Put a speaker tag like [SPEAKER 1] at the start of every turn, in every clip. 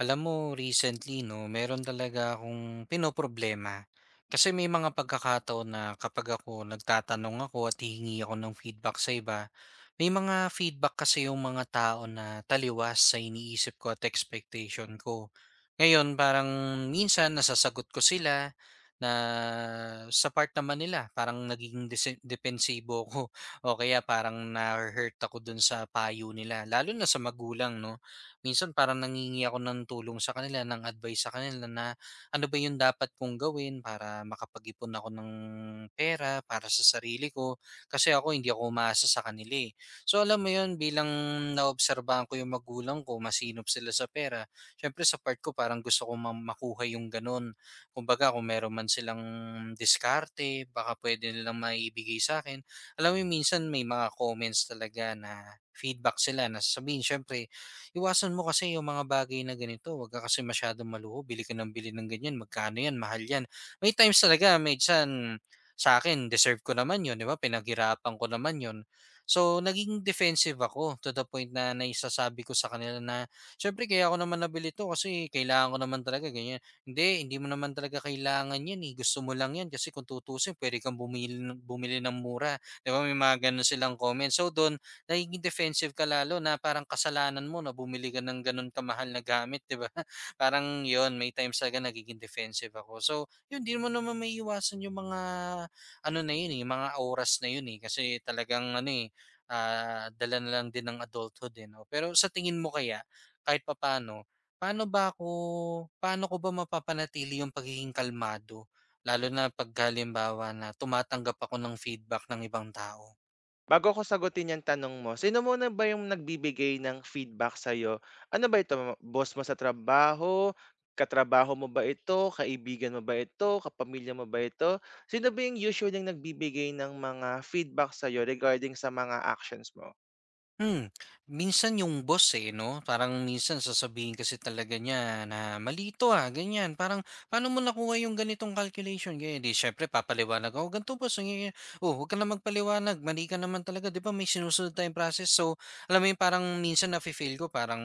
[SPEAKER 1] Alam mo recently 'no, meron talaga akong pinoproblema. Kasi may mga pagkakataon na kapag ako nagtatanong ako at hihingi ako ng feedback sa iba, may mga feedback kasi yung mga tao na taliwas sa iniisip ko at expectation ko. Ngayon parang minsan nasasagot ko sila na sa part naman nila parang nagiging dese depensibo ako. O kaya parang na hurt ako dun sa payo nila, lalo na sa magulang 'no. Minsan parang nangingi ako ng tulong sa kanila, ng advice sa kanila na ano ba yung dapat kong gawin para makapag-ipon ako ng pera para sa sarili ko. Kasi ako hindi ako umaasa sa kanila eh. So alam mo yun, bilang naobserbahan ko yung magulang ko, masinop sila sa pera. Siyempre sa part ko parang gusto ko makuha yung ganun. Kumbaga kung meron man silang diskarte, baka pwede nilang maibigay sa akin. Alam mo yung minsan may mga comments talaga na feedback sila na sasabihin, syempre, "Iwasan mo kasi yung mga bagay na ganito. Huwag ka kasi masyadong maluho. Bili ka ng bili ng ganyan. Magkano yan? Mahal yan." May times talaga, minsan sa akin, deserve ko naman yun, di ba? Pinaghirapan ko naman yun. So, naging defensive ako to the point na naisasabi ko sa kanila na, syempre, kaya ako naman nabili to kasi kailangan ko naman talaga ganyan. Hindi mo naman talaga kailangan yan eh. Gusto mo lang yan kasi kung tutusin, pwede kang bumili, bumili ng mura. Di ba? May mga ganun silang comment. So, doon, nagiging defensive ka lalo na parang kasalanan mo na bumili ka ng ganun kamahal na gamit, 'di ba? Parang 'yon, may times talaga nagiging defensive ako. So, 'yun din mo naman may iwasan yung mga ano na 'yun, eh, yung mga oras na 'yun eh kasi talagang ano eh, dala na lang din ng adulthood eh, 'no? Pero sa tingin mo kaya kahit papaano, paano ba ako, paano ko ba mapapanatili yung pagiging kalmado lalo na 'pag halimbawa na tumatanggap ako ng feedback ng ibang tao?
[SPEAKER 2] Bago ko sagutin yung tanong mo, sino muna ba 'yung nagbibigay ng feedback sa'yo? Ano ba ito, boss mo sa trabaho, katrabaho mo ba ito, kaibigan mo ba ito, kapamilya mo ba ito? Sino ba 'yung usually yung nagbibigay ng mga feedback sa'yo regarding sa mga actions mo?
[SPEAKER 1] Hmm, minsan yung boss, eh, 'no, parang minsan sasabihin kasi talaga niya na, "Malito ah," ganyan. Parang, "Paano mo nakuha yung ganitong calculation?" Ganyan. 'Di syempre papaliwanag ako, "Ganito boss, ganyan, ganyan." "Oh, huwag ka na magpaliwanag, mali ka naman talaga. 'Di ba may sinusunod tayong process." So, alam mo yun, parang minsan nafi-feel ko parang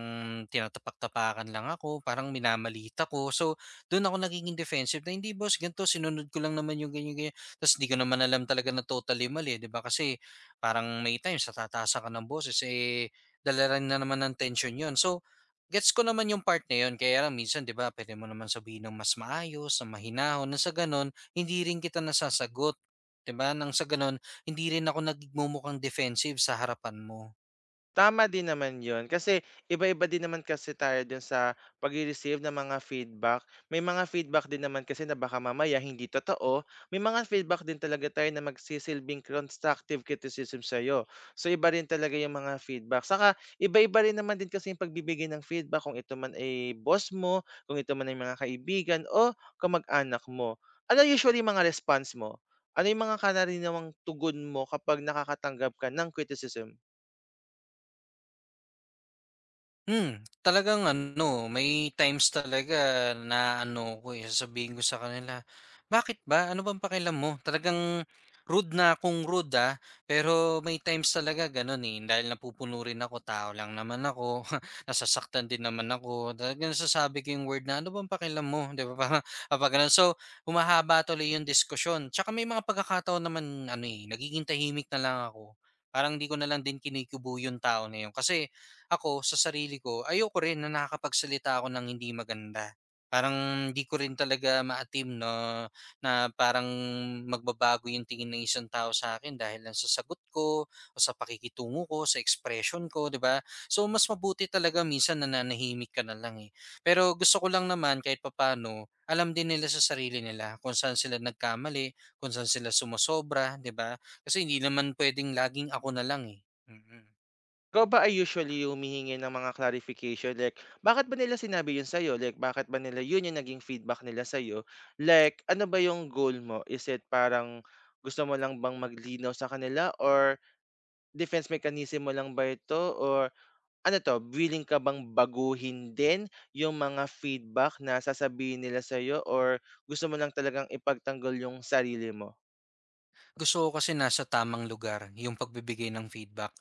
[SPEAKER 1] tinatapak-tapakan lang ako, parang minamalita ko. So, doon ako nagiging defensive na, "Hindi boss, ganito, sinunod ko lang naman yung ganyan, ganyan." Ta's 'di ko naman alam talaga na totally mali, 'di ba? Kasi parang may times natataasan ka ng boses, eh, dala rin na naman ng tension yon. So, gets ko naman yung part na 'yun, kaya lang minsan 'di ba pwede mo naman sabihin ng mas maayos, ng mahinahon, na sa gano'n hindi rin kita nasasagot, 'di ba? Nang sa gano'n hindi rin ako nagmumukhang defensive sa harapan mo.
[SPEAKER 2] Tama din naman yon, kasi iba-iba din naman kasi tayo dun sa pagre-receive ng mga feedback. May mga feedback din naman kasi na baka mamaya hindi totoo. May mga feedback din talaga tayo na magsisilbing constructive criticism sa'yo. So iba rin talaga yung mga feedback. Saka iba-iba rin naman din kasi yung pagbibigay ng feedback kung ito man ay boss mo, kung ito man ay mga kaibigan o kamag-anak mo. Ano usually yung mga response mo? Ano yung mga kanarinawang tugon mo kapag nakakatanggap ka ng criticism?
[SPEAKER 1] Hmm, talagang ano, may times talaga na ano ko, eh, sasabihin ko sa kanila, "Bakit ba? Ano bang pakialam mo?" Talagang rude na kung rude, ah, pero may times talaga gano'n, eh, dahil napupuno rin ako, tao lang naman ako, nasasaktan din naman ako, talagang nasasabi ko yung word na, "Ano bang pakialam mo?" 'Di ba, parang kapag gano'n. So, humahaba tuloy yung diskusyon. Tsaka may mga pagkakataon naman ano, eh, nagiging tahimik na lang ako. Parang 'di ko na lang din kinukubo yung tao na yun kasi ako sa sarili ko ayoko rin na nakakapagsalita ako ng hindi maganda. Parang di ko rin talaga maatim attain na na parang magbabago yung tingin ng isang tao sa akin dahil lang sa sagot ko o sa pakikitungo ko, sa expression ko, 'di ba? So, mas mabuti talaga minsan nananahimik ka na lang, eh. Pero gusto ko lang naman kahit papaano alam din nila sa sarili nila kung saan sila nagkamali, kung saan sila sumosobra, 'di ba? Kasi hindi naman puwedeng laging ako na lang, eh. Mm, mm.
[SPEAKER 2] Ikaw ba ay usually humihingi ng mga clarification like bakit ba nila sinabi 'yun sa'yo? Like bakit ba nila 'yun yung naging feedback nila sa'yo? Like ano ba yung goal mo? Is it parang gusto mo lang bang maglinaw sa kanila or defense mechanism mo lang ba ito or ano to, willing ka bang baguhin din yung mga feedback na sasabihin nila sa'yo or gusto mo lang talagang ipagtanggol yung sarili mo?
[SPEAKER 1] Gusto ko kasi nasa tamang lugar yung pagbibigay ng feedback.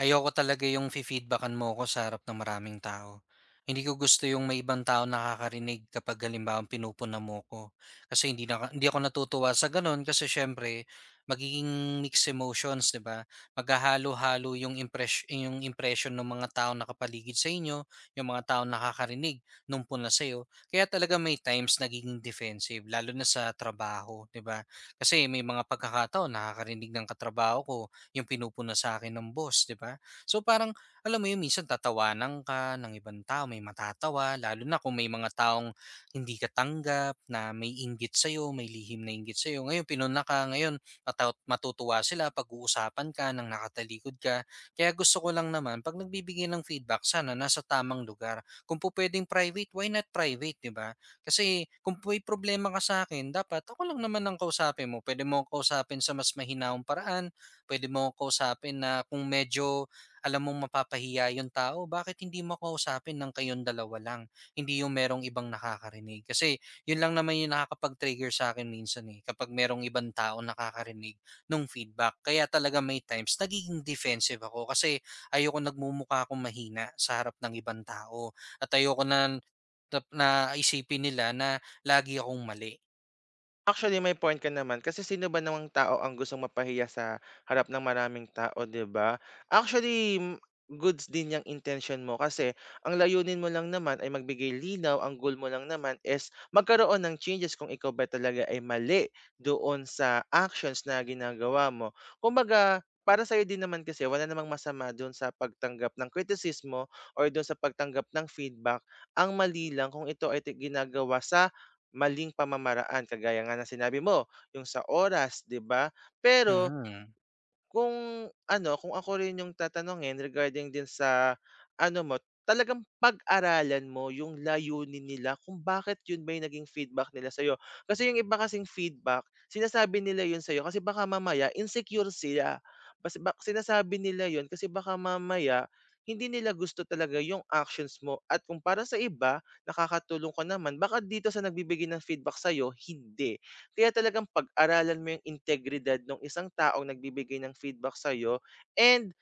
[SPEAKER 1] Ayoko talaga yung fi-feedbackan mo ko sa harap ng maraming tao. Hindi ko gusto yung may ibang tao nakakarinig kapag halimbawa pinupuna mo ko. Kasi hindi, na, hindi ako natutuwa sa ganun kasi syempre magiging mixed emotions, di ba? Maghahalo-halo yung, impress, yung impression ng mga tao nakapaligid sa inyo, yung mga tao nakakarinig nung puna sa'yo. Kaya talaga may times nagiging defensive, lalo na sa trabaho, di ba? Kasi may mga pagkakataon nakakarinig ng katrabaho ko yung pinupuna sa akin ng boss, 'di ba? So parang alam mo yun, minsan tatawanan ka ng ibang tao, may matatawa, lalo na kung may mga taong hindi ka tanggap, na may inggit sa'yo, may lihim na inggit sa'yo. Ngayon, pinuna ka, ngayon matutuwa sila, pag-uusapan ka, nang nakatalikod ka. Kaya gusto ko lang naman, pag nagbibigay ng feedback, sana nasa tamang lugar. Kung po pwedeng private, why not private, di ba? Kasi kung may problema ka sa akin dapat ako lang naman ang kausapin mo. Puwede mo akong kausapin sa mas mahinaong paraan, puwede mo akong kausapin na kung medyo alam mong mapapahiya yung tao, bakit hindi mo kausapin ng kayong dalawa lang, hindi yung merong ibang nakakarinig. Kasi yun lang naman yung nakakapag-trigger sa akin minsan, eh, kapag merong ibang tao nakakarinig ng feedback. Kaya talaga may times nagiging defensive ako kasi ayoko nagmumukha akong mahina sa harap ng ibang tao at ayoko na Tap na isipin nila na lagi akong mali.
[SPEAKER 2] Actually, may point ka naman kasi sino ba namang tao ang gustong mapahiya sa harap ng maraming tao, 'di ba? Actually, goods din yung intention mo kasi ang layunin mo lang naman ay magbigay linaw, ang goal mo lang naman is magkaroon ng changes kung ikaw ba talaga ay mali doon sa actions na ginagawa mo. Kumbaga, para sa'yo din naman kasi wala namang masama doon sa pagtanggap ng kritisismo or doon sa pagtanggap ng feedback. Ang mali lang kung ito ay ginagawa sa maling pamamaraan kagaya nga ng sinabi mo, yung sa oras, 'di ba? Pero
[SPEAKER 1] Mhm,
[SPEAKER 2] kung ano, kung ako rin yung tatanungin regarding din sa ano mo, talagang pag-aralan mo yung layunin nila kung bakit yun ba yung naging feedback nila sa'yo. Kasi yung iba kasing feedback, sinasabi nila yun sa'yo kasi baka mamaya insecure sila. Kasi bak sinasabi nila yun kasi baka mamaya hindi nila gusto talaga yung actions mo. At kung para sa iba, nakakatulong ko naman, baka dito sa nagbibigay ng feedback sa'yo, hindi. Kaya talagang pag-aralan mo yung integridad ng isang taong nagbibigay ng feedback sa'yo. And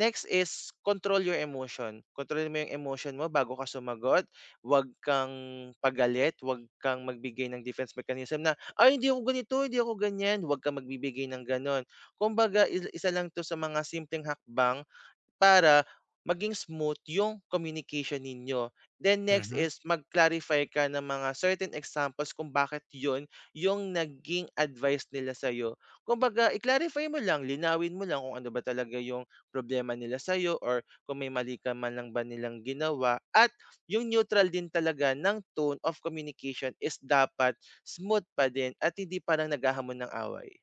[SPEAKER 2] next is control your emotion. Control mo yung emotion mo bago ka sumagot. Huwag kang pagalit, huwag kang magbigay ng defense mechanism na, ay, hindi ako ganito, hindi ako ganyan. Huwag kang magbibigay ng ganon. Kumbaga, isa lang to sa mga simpleng hakbang para maging smooth yung communication ninyo. Then next
[SPEAKER 1] mhm.
[SPEAKER 2] is mag-clarify ka ng mga certain examples kung bakit yon yung naging advice nila sa'yo. Kumbaga, i-clarify mo lang, linawin mo lang kung ano ba talaga yung problema nila sa'yo or kung may mali ka man lang ba nilang ginawa. At yung neutral din talaga ng tone of communication is dapat smooth pa din at hindi parang naghahamon ng away.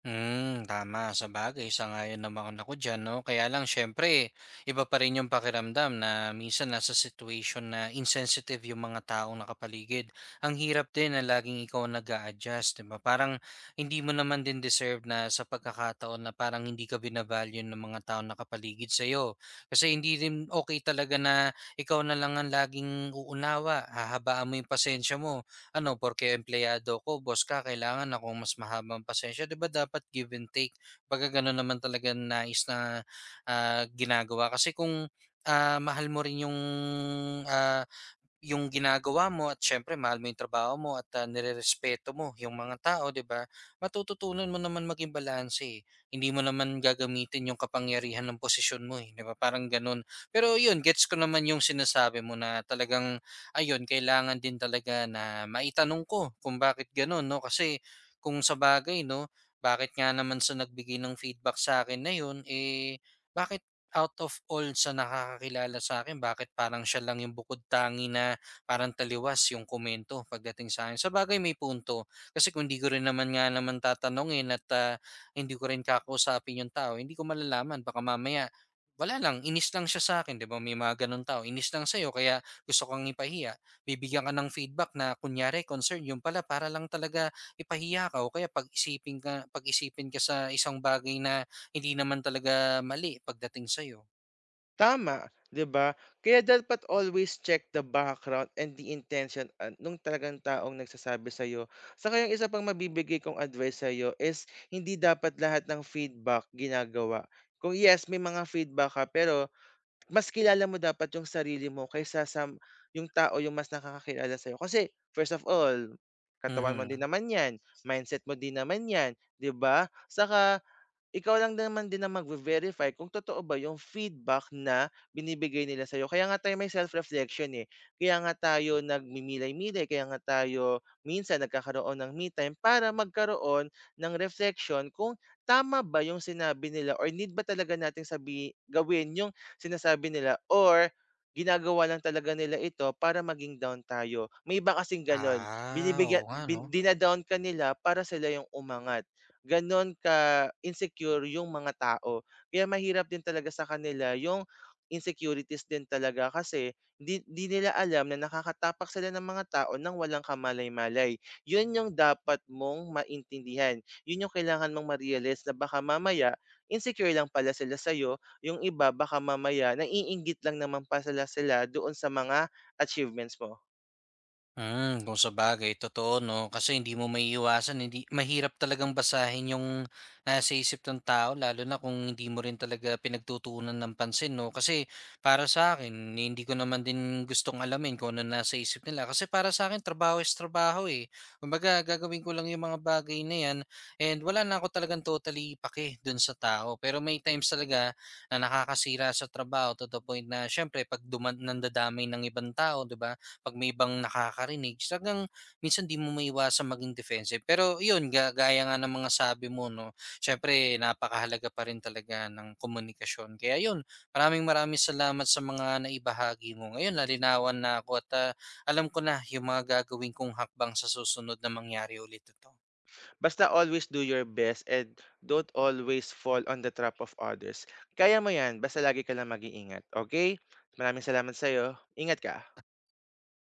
[SPEAKER 1] Hmm, tama. Sabagay, sang-ayon naman ako diyan 'no. Kaya lang siyempre iba pa rin yung pakiramdam na minsan nasa situation na insensitive yung mga taong nakapaligid. Ang hirap din na laging ikaw ang nag-a-adjust, 'di ba? Parang hindi mo naman din deserve na sa pagkakataon na parang hindi ka bina-value ng mga taong nakapaligid sa'yo. Kasi hindi rin okay talaga na ikaw na lang ang laging uunawa, hahabaan mo yung pasensya mo ano, porque empleyado ko, boss ka, kailangan akong mas mahabang pasensya. 'Di ba dapat give and take? Pagka gano'n naman talaga nais na ginagawa. Kasi kung mahal mo rin yung ah, yung ginagawa mo at siyempre mahal mo yung trabaho mo at, nirerespeto mo yung mga tao, 'di ba? Matututunan mo naman maging balanse, eh. Hindi mo naman gagamitin yung kapangyarihan ng posisyon mo, eh, 'di ba, parang gano'n. Pero 'yun, gets ko naman yung sinasabi mo na talagang ayun, kailangan din talaga na maitanong ko kung bakit gano'n, 'no? Kasi kung sa bagay 'no, bakit nga naman sa nagbigay ng feedback sa akin na 'yun, eh, bakit out of all sa nakakakilala sa akin, bakit parang siya lang yung bukod-tangi na parang taliwas yung komento pagdating sa akin. Sa bagay may punto, kasi kung 'di ko rin naman nga naman tatanungin at, hindi ko rin kakausapin yung tao hindi ko malalaman baka mamaya wala lang inis lang siya sa akin, 'di ba may mga gano'ng tao inis lang sa'yo kaya gusto kang ipahiya. Bibigyan ka ng feedback na kunyari concern yung pala para lang talaga ipahiya ka o kaya pag-isipin ka sa isang bagay na hindi naman talaga mali pagdating sa'yo?
[SPEAKER 2] Tama, 'di ba? Kaya dapat always check the background and the intention ah, nung talagang taong nagsasabi sa iyo. Saka yung isa pang mabibigay kong advice sa iyo is hindi dapat lahat ng feedback ginagawa. Kung yes, may mga feedback ka, pero mas kilala mo dapat yung sarili mo kaysa sa yung tao yung mas nakakakilala sa iyo. Kasi first of all, katawan mo din
[SPEAKER 1] Mhm.
[SPEAKER 2] naman yan, mindset mo din naman yan, di ba? Saka ikaw lang naman din ang magve-verify kung totoo ba yung feedback na binibigay nila sa'yo. Kaya nga tayo may self-reflection, eh. Kaya nga tayo nagmimilay-milay, kaya nga tayo minsan nagkakaroon ng me time para magkaroon ng reflection kung tama ba yung sinabi nila or need ba talaga nating sabi gawin yung sinasabi nila or ginagawa lang talaga nila ito para maging down tayo. May iba kasing gano'n,
[SPEAKER 1] Ah, oo
[SPEAKER 2] binibigyan
[SPEAKER 1] nga 'no?
[SPEAKER 2] bin dina ka nila para sila yung umangat gano'n ka-insecure yung mga tao. Kaya mahirap din talaga sa kanila yung insecurities din talaga kasi 'di nila alam na nakakatapak sila ng mga tao ng walang kamalay-malay. Yun yung dapat mong maintindihan, yun yung kailangan mong ma-realize na baka mamaya insecure lang pala sila sa'yo, yung iba baka mamaya naiinggit lang naman pala sila sila doon sa mga achievements mo.
[SPEAKER 1] Hmm, kung sa sabagay totoo 'no, kasi hindi mo maiiwasan hindi mahirap talagang basahin yung nasa isip ng tao lalo na kung hindi mo rin talaga pinagtutuunan ng pansin 'no. Kasi para sa akin hindi ko naman din gustong alamin kung ano nasa isip nila kasi para sa'kin trabaho is trabaho, eh. Kumbaga gagawin ko lang yung mga bagay na 'yan and wala na ako talagang totally pake dun sa tao. Pero may times talaga na nakakasira sa trabaho to the point na siyempre 'pag duman nandadamay ng ibang tao, 'di ba? 'Pag may ibang nakakarinig talagang minsan 'di mo maiwasang maging defensive. Pero iyon ga gaya nga ng mga sabi mo 'no, siyempre napakahalaga pa rin talaga ng komunikasyon. Kaya yun, maraming maraming salamat sa mga naibahagi mo. Ngayon nalinawan na ako at, alam ko na yung mga gagawin kong hakbang sa susunod na mangyari ulit ito.
[SPEAKER 2] Basta always do your best and don't always fall on the trap of others. Kaya mo yan, basta lagi ka lang mag-iingat, okay. Maraming salamat sa'yo. Ingat ka.